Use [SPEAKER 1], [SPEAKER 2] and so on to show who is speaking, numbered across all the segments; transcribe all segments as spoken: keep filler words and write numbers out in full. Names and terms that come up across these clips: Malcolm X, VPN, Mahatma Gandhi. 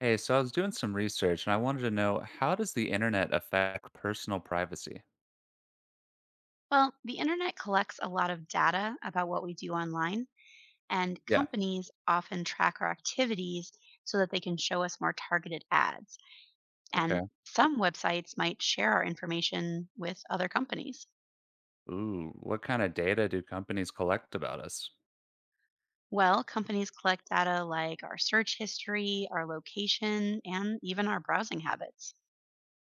[SPEAKER 1] Hey, so I was doing some research and I wanted to know, how does the internet affect personal privacy?
[SPEAKER 2] Well, the internet collects a lot of data about what we do online, and
[SPEAKER 1] Yeah.
[SPEAKER 2] companies often track our activities so that they can show us more targeted ads.
[SPEAKER 1] Okay.
[SPEAKER 2] And some websites might share our information with other companies.
[SPEAKER 1] Ooh, what kind of data do companies collect about us?
[SPEAKER 2] Well, companies collect data like our search history, our location, and even our browsing habits.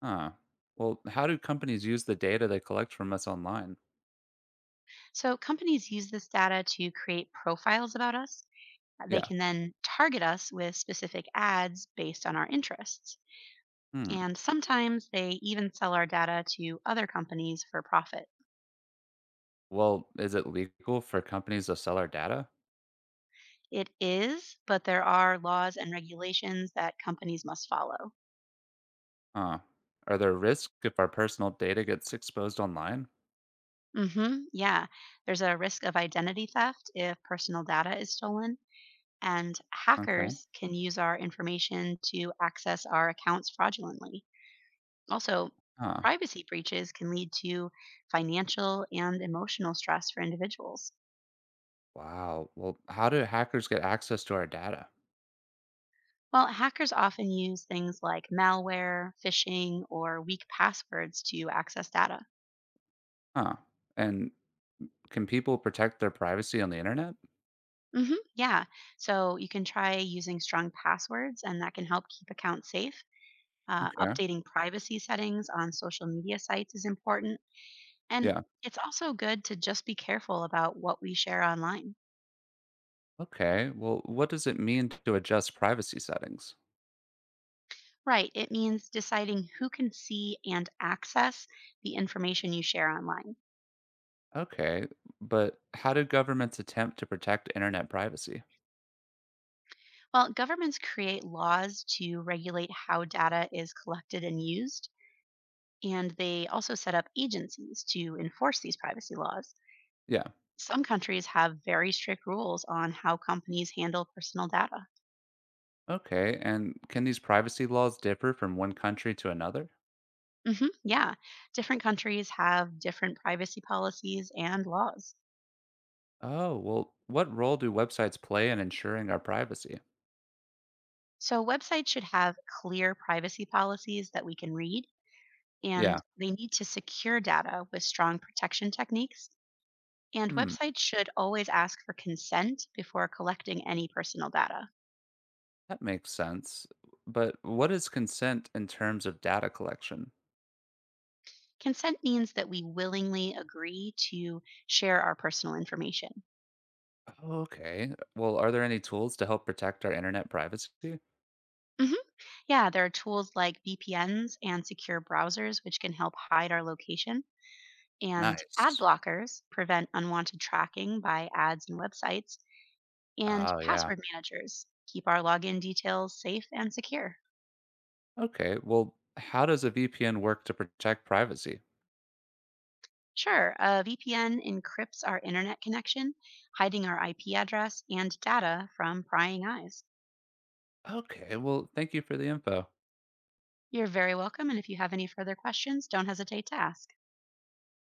[SPEAKER 1] Huh. Well, how do companies use the data they collect from us online?
[SPEAKER 2] So companies use this data to create profiles about us. They
[SPEAKER 1] Yeah.
[SPEAKER 2] can then target us with specific ads based on our interests.
[SPEAKER 1] Hmm.
[SPEAKER 2] And sometimes they even sell our data to other companies for profit.
[SPEAKER 1] Well, is it legal for companies to sell our data?
[SPEAKER 2] It is, but there are laws and regulations that companies must follow.
[SPEAKER 1] Huh. Are there risks if our personal data gets exposed online?
[SPEAKER 2] Mhm. Yeah. There's a risk of identity theft if personal data is stolen, and
[SPEAKER 1] Okay.
[SPEAKER 2] hackers can use our information to access our accounts fraudulently. Also,
[SPEAKER 1] Huh.
[SPEAKER 2] privacy breaches can lead to financial and emotional stress for individuals.
[SPEAKER 1] Wow. Well, how do hackers get access to our data?
[SPEAKER 2] Well, hackers often use things like malware, phishing, or weak passwords to access data.
[SPEAKER 1] Huh. And can people protect their privacy on the internet?
[SPEAKER 2] hmm Yeah, so you can try using strong passwords, and that can help keep accounts safe. Uh,
[SPEAKER 1] Yeah.
[SPEAKER 2] updating privacy settings on social media sites is important. And
[SPEAKER 1] Yeah.
[SPEAKER 2] it's also good to just be careful about what we share online.
[SPEAKER 1] Okay. Well, what does it mean to adjust privacy settings?
[SPEAKER 2] Right, it means deciding who can see and access the information you share online.
[SPEAKER 1] Okay. But how do governments attempt to protect internet privacy?
[SPEAKER 2] Well, governments create laws to regulate how data is collected and used, and they also set up agencies to enforce these privacy laws.
[SPEAKER 1] Yeah.
[SPEAKER 2] Some countries have very strict rules on how companies handle personal data.
[SPEAKER 1] Okay. And can these privacy laws differ from one country to another?
[SPEAKER 2] Hmm yeah, different countries have different privacy policies and laws.
[SPEAKER 1] Oh, well, what role do websites play in ensuring our privacy?
[SPEAKER 2] So, websites should have clear privacy policies that we can read, and
[SPEAKER 1] Yeah.
[SPEAKER 2] they need to secure data with strong protection techniques. And
[SPEAKER 1] Hmm.
[SPEAKER 2] websites should always ask for consent before collecting any personal data.
[SPEAKER 1] That makes sense. But what is consent in terms of data collection?
[SPEAKER 2] Consent means that we willingly agree to share our personal information.
[SPEAKER 1] Okay. Well, are there any tools to help protect our internet privacy?
[SPEAKER 2] Mhm. Yeah, there are tools like V P Ns and secure browsers, which can help hide our location. And ad
[SPEAKER 1] Nice.
[SPEAKER 2] blockers prevent unwanted tracking by ads and websites. And
[SPEAKER 1] Oh, yeah.
[SPEAKER 2] password managers keep our login details safe and secure.
[SPEAKER 1] Okay, well, how does a V P N work to protect privacy?
[SPEAKER 2] Sure, a V P N encrypts our internet connection, hiding our I P address and data from prying eyes.
[SPEAKER 1] Okay, well, thank you for the info.
[SPEAKER 2] You're very welcome, and if you have any further questions, don't hesitate to ask.